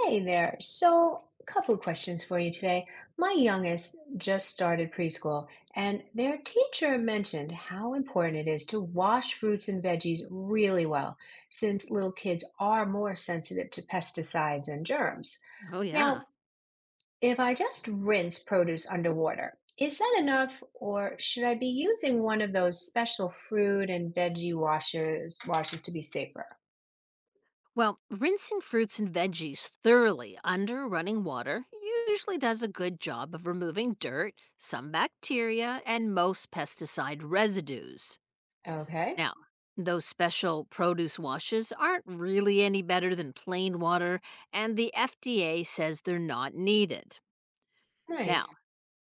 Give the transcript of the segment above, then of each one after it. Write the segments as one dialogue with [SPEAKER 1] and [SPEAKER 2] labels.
[SPEAKER 1] Hey there. So, a couple of questions for you today. My youngest just started preschool, and their teacher mentioned how important it is to wash fruits and veggies really well, since little kids are more sensitive to pesticides and germs.
[SPEAKER 2] Oh, yeah.
[SPEAKER 1] Now, if I just rinse produce underwater, is that enough, or should I be using one of those special fruit and veggie washers washes to be safer?
[SPEAKER 2] Well, rinsing fruits and veggies thoroughly under running water usually does a good job of removing dirt, some bacteria, and most pesticide residues.
[SPEAKER 1] Okay,
[SPEAKER 2] Now, those special produce washes aren't really any better than plain water, and the FDA says they're not needed. Now,
[SPEAKER 1] nice.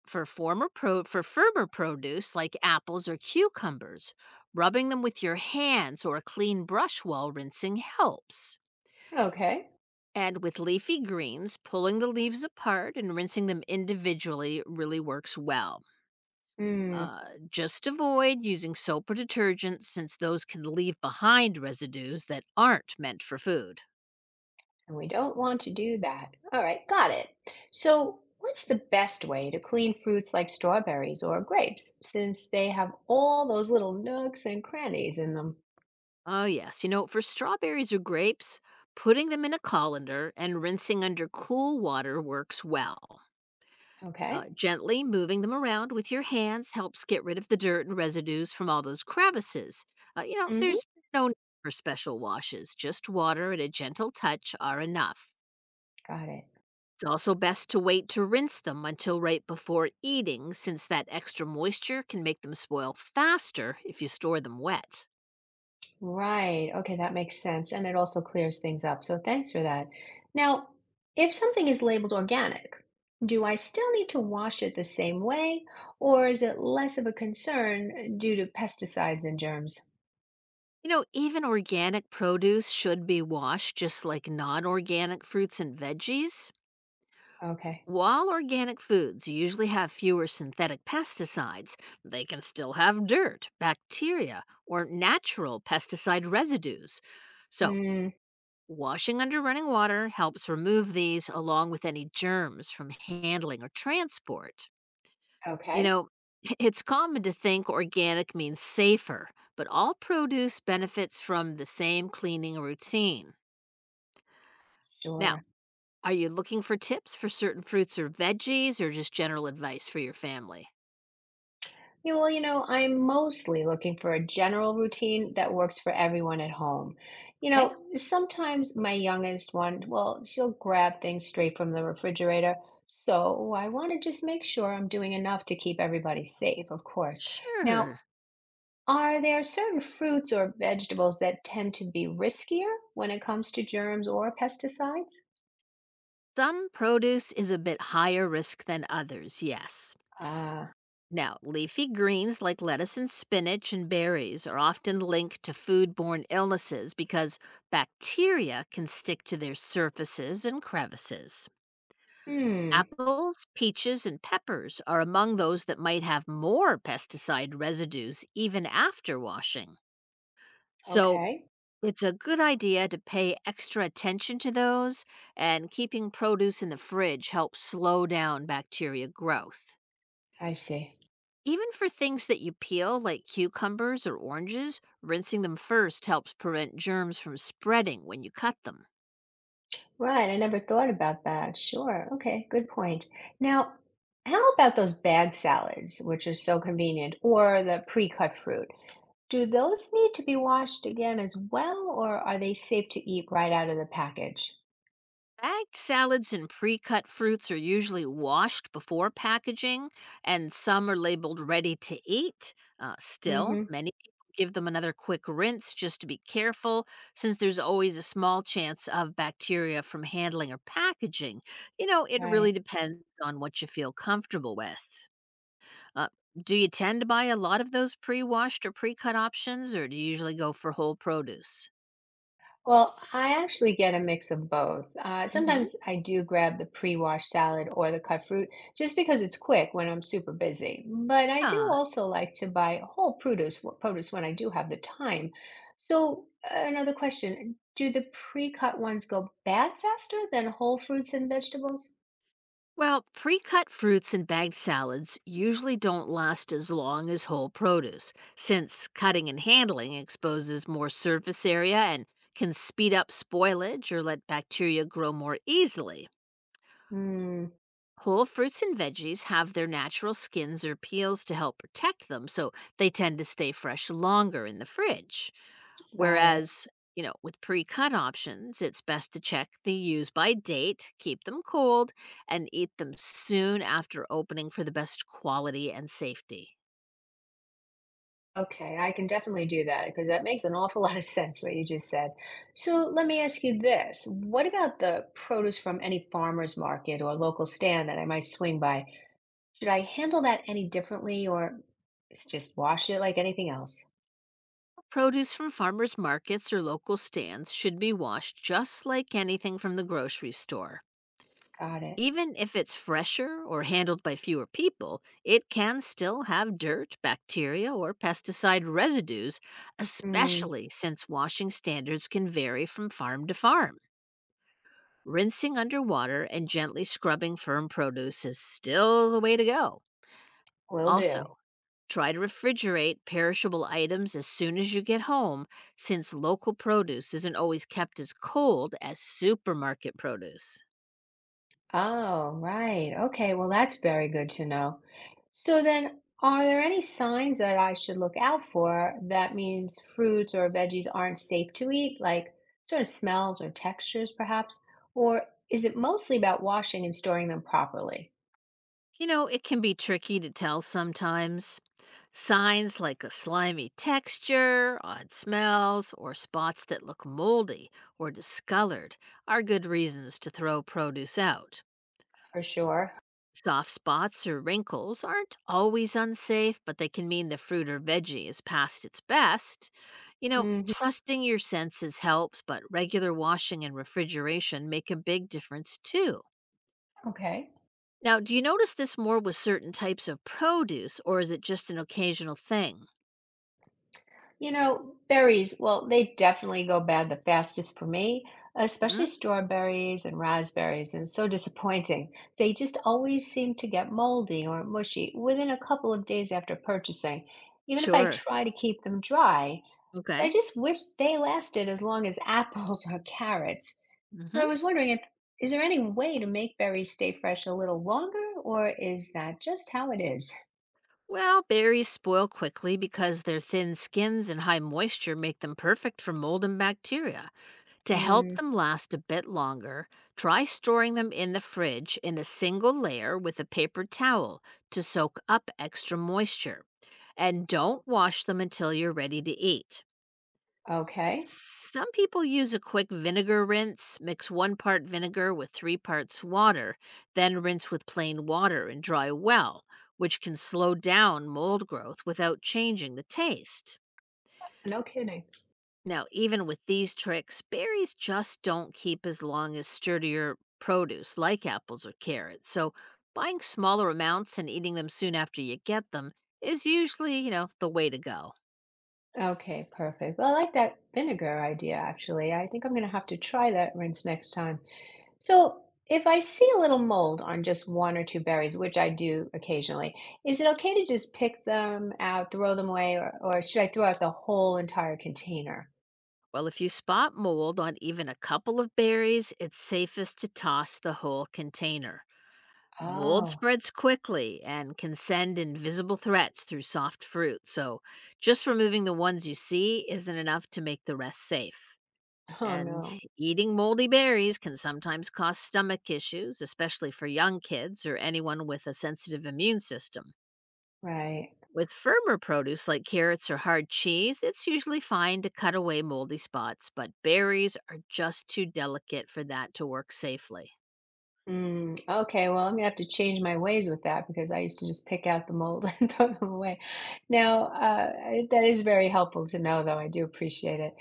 [SPEAKER 2] for firmer produce like apples or cucumbers, rubbing them with your hands or a clean brush while rinsing helps.
[SPEAKER 1] Okay.
[SPEAKER 2] And with leafy greens, pulling the leaves apart and rinsing them individually really works well.
[SPEAKER 1] Hmm.
[SPEAKER 2] Uh, just avoid using soap or detergent since those can leave behind residues that aren't meant for food.
[SPEAKER 1] And we don't want to do that. All right, got it. So, what's the best way to clean fruits like strawberries or grapes since they have all those little nooks and crannies in them?
[SPEAKER 2] Oh, yes. You know, for strawberries or grapes, putting them in a colander and rinsing under cool water works well. Uh,
[SPEAKER 1] Okay.
[SPEAKER 2] gently moving them around with your hands helps get rid of the dirt and residues from all those crevices. You know,
[SPEAKER 1] Mm-hmm.
[SPEAKER 2] there's no need for special washes, just water and a gentle touch are enough.
[SPEAKER 1] Got it.
[SPEAKER 2] It's also best to wait to rinse them until right before eating, since that extra moisture can make them spoil faster if you store them wet.
[SPEAKER 1] Right. Okay, that makes sense. And it also clears things up. So, thanks for that. Now, if something is labeled organic, do I still need to wash it the same way, or is it less of a concern due to pesticides and germs?
[SPEAKER 2] You know, even organic produce should be washed just like non organic fruits and veggies.
[SPEAKER 1] Okay.
[SPEAKER 2] While organic foods usually have fewer synthetic pesticides, they can still have dirt, bacteria, or natural pesticide residues. So,
[SPEAKER 1] Mm,
[SPEAKER 2] washing under running water helps remove these along with any germs from handling or transport. You
[SPEAKER 1] okay.
[SPEAKER 2] know, it's common to think organic means safer, but all produce benefits from the same cleaning routine. Now,
[SPEAKER 1] Sure.
[SPEAKER 2] are you looking for tips for certain fruits or veggies or just general advice for your family?
[SPEAKER 1] Yeah, well, you know, I'm mostly looking for a general routine that works for everyone at home. You
[SPEAKER 2] Okay.
[SPEAKER 1] know, sometimes my youngest one, well, she'll grab things straight from the refrigerator. So I want to just make sure I'm doing enough to keep everybody safe, of course.
[SPEAKER 2] Sure.
[SPEAKER 1] Now, are there certain fruits or vegetables that tend to be riskier when it comes to germs or pesticides?
[SPEAKER 2] Some produce is a bit higher risk than others, yes.
[SPEAKER 1] Ah,
[SPEAKER 2] Now, leafy greens like lettuce and spinach and berries are often linked to foodborne illnesses because bacteria can stick to their surfaces and crevices.
[SPEAKER 1] hmm,
[SPEAKER 2] Apples, peaches, and peppers are among those that might have more pesticide residues even after washing. So,
[SPEAKER 1] okay,
[SPEAKER 2] it's a good idea to pay extra attention to those, and keeping produce in the fridge helps slow down bacteria growth.
[SPEAKER 1] I see.
[SPEAKER 2] Even for things that you peel, like cucumbers or oranges, rinsing them first helps prevent germs from spreading when you cut them.
[SPEAKER 1] Right, I never thought about that. Sure. Okay, good point. Now, how about those bag salads, which are so convenient, or the pre-cut fruit? Do those need to be washed again as well, or are they safe to eat right out of the package?
[SPEAKER 2] Bagged salads and pre cut fruits are usually washed before packaging, and some are labeled ready to eat. Still,
[SPEAKER 1] Mm-hmm.
[SPEAKER 2] many people give them another quick rinse just to be careful, since there's always a small chance of bacteria from handling or packaging. You know, it really
[SPEAKER 1] Right.
[SPEAKER 2] depends on what you feel comfortable with. Uh, do you tend to buy a lot of those pre washed or pre cut options, or do you usually go for whole produce?
[SPEAKER 1] Well, I actually get a mix of both.
[SPEAKER 2] Mm
[SPEAKER 1] Sometimes I do grab the pre-washed salad or the cut fruit just because it's quick when I'm super busy. But I do
[SPEAKER 2] hmm.
[SPEAKER 1] also like to buy whole produce, produce when I do have the time. So, another question, do the pre-cut ones go bad faster than whole fruits and vegetables?
[SPEAKER 2] Well, pre cut fruits and bagged salads usually don't last as long as whole produce, since cutting and handling exposes more surface area and can speed up spoilage or let bacteria grow more easily.
[SPEAKER 1] Mm,
[SPEAKER 2] Whole fruits and veggies have their natural skins or peels to help protect them, so they tend to stay fresh longer in the fridge.
[SPEAKER 1] got it.
[SPEAKER 2] Whereas, you know, with pre cut options, it's best to check the use by date, keep them cold, and eat them soon after opening for the best quality and safety.
[SPEAKER 1] Okay, I can definitely do that because that makes an awful lot of sense what you just said. So let me ask you this. What about the produce from any farmer's market or local stand that I might swing by? Should I handle that any differently or just wash it like anything else?
[SPEAKER 2] Produce from farmers markets or local stands should be washed just like anything from the grocery store.
[SPEAKER 1] Got it.
[SPEAKER 2] Even if it's fresher or handled by fewer people, it can still have dirt, bacteria, or pesticide residues,
[SPEAKER 1] Mm,
[SPEAKER 2] especially since washing standards can vary from farm to farm. Rinsing underwater and gently scrubbing firm produce is still the way to go.
[SPEAKER 1] will
[SPEAKER 2] Also,
[SPEAKER 1] do.
[SPEAKER 2] try to refrigerate perishable items as soon as you get home, since local produce isn't always kept as cold as supermarket produce.
[SPEAKER 1] Oh, right. Okay. Well, that's very good to know. So then, are there any signs that I should look out for that means fruits or veggies aren't safe to eat, like certain smells or textures, perhaps? Or is it mostly about washing and storing them properly?
[SPEAKER 2] You know, it can be tricky to tell sometimes. Signs like a slimy texture, odd smells, or spots that look moldy or discolored are good reasons to throw produce out.
[SPEAKER 1] For sure.
[SPEAKER 2] Soft spots or wrinkles aren't always unsafe, but they can mean the fruit or veggie is past its best. You know,
[SPEAKER 1] Hmm.
[SPEAKER 2] trusting your senses helps, but regular washing and refrigeration make a big difference too.
[SPEAKER 1] Okay.
[SPEAKER 2] Now, do you notice this more with certain types of produce, or is it just an occasional thing?
[SPEAKER 1] You know, berries, well, they definitely go bad the fastest for me,
[SPEAKER 2] Mm.
[SPEAKER 1] especially strawberries and raspberries, and so disappointing. They just always seem to get moldy or mushy within a couple of days after purchasing, even if I
[SPEAKER 2] Sure.
[SPEAKER 1] try to keep them dry. So I
[SPEAKER 2] Okay.
[SPEAKER 1] just wish they lasted as long as apples or carrots. So I
[SPEAKER 2] Hmm.
[SPEAKER 1] was wondering if is there any way to make berries stay fresh a little longer, or is that just how it is?
[SPEAKER 2] Well, berries spoil quickly because their thin skins and high moisture make them perfect for mold and bacteria. To help
[SPEAKER 1] Mm,
[SPEAKER 2] them last a bit longer, try storing them in the fridge in a single layer with a paper towel to soak up extra moisture. And don't wash them until you're ready to eat.
[SPEAKER 1] okay.
[SPEAKER 2] Some people use a quick vinegar rinse, mix one part vinegar with three parts water, then rinse with plain water and dry well, which can slow down mold growth without changing the taste.
[SPEAKER 1] No kidding.
[SPEAKER 2] Now, even with these tricks, berries just don't keep as long as sturdier produce like apples or carrots. So, buying smaller amounts and eating them soon after you get them is usually, you know, the way to go.
[SPEAKER 1] Okay, perfect. Well, I like that vinegar idea actually. I think I'm gonna have to try that rinse next time. So, if I see a little mold on just one or two berries, which I do occasionally, is it okay to just pick them out, throw them away, or should I throw out the whole entire container?
[SPEAKER 2] Well, if you spot mold on even a couple of berries, it's safest to toss the whole container. Mold
[SPEAKER 1] Oh,
[SPEAKER 2] spreads quickly and can send invisible threats through soft fruit, so just removing the ones you see isn't enough to make the rest safe.
[SPEAKER 1] oh
[SPEAKER 2] And
[SPEAKER 1] no.
[SPEAKER 2] eating moldy berries can sometimes cause stomach issues, especially for young kids or anyone with a sensitive immune system.
[SPEAKER 1] Right.
[SPEAKER 2] With firmer produce like carrots or hard cheese, it's usually fine to cut away moldy spots, but berries are just too delicate for that to work safely.
[SPEAKER 1] Mm, okay, well, I'm gonna have to change my ways with that because I used to just pick out the mold and throw them away. Now, that is very helpful to know, though. I do appreciate it.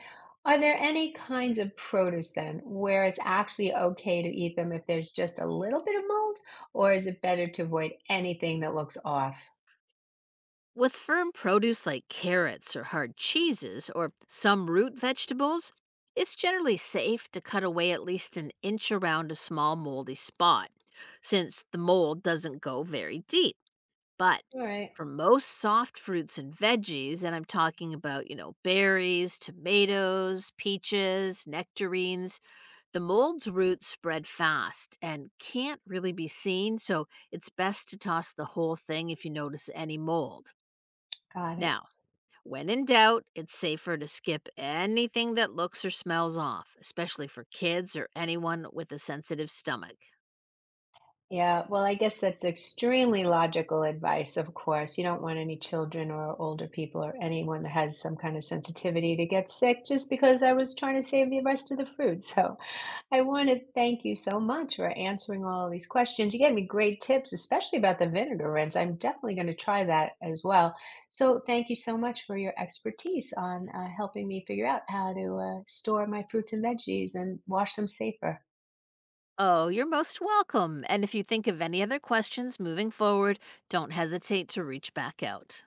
[SPEAKER 1] Are there any kinds of produce then where it's actually okay to eat them if there's just a little bit of mold, or is it better to avoid anything that looks off?
[SPEAKER 2] With firm produce like carrots or hard cheeses or some root vegetables, it's generally safe to cut away at least an inch around a small moldy spot, since the mold doesn't go very deep. But
[SPEAKER 1] All right,
[SPEAKER 2] for most soft fruits and veggies, and I'm talking about, you know, berries, tomatoes, peaches, nectarines, the mold's roots spread fast and can't really be seen, so it's best to toss the whole thing if you notice any mold.
[SPEAKER 1] got it.
[SPEAKER 2] Now, when in doubt, it's safer to skip anything that looks or smells off, especially for kids or anyone with a sensitive stomach.
[SPEAKER 1] Yeah, well, I guess that's extremely logical advice, of course. You don't want any children or older people or anyone that has some kind of sensitivity to get sick just because I was trying to save the rest of the fruit. So I want to thank you so much for answering all these questions. You gave me great tips, especially about the vinegar rinse. I'm definitely going to try that as well. So thank you so much for your expertise on helping me figure out how to store my fruits and veggies and wash them safer.
[SPEAKER 2] Oh, you're most welcome. And if you think of any other questions moving forward, don't hesitate to reach back out.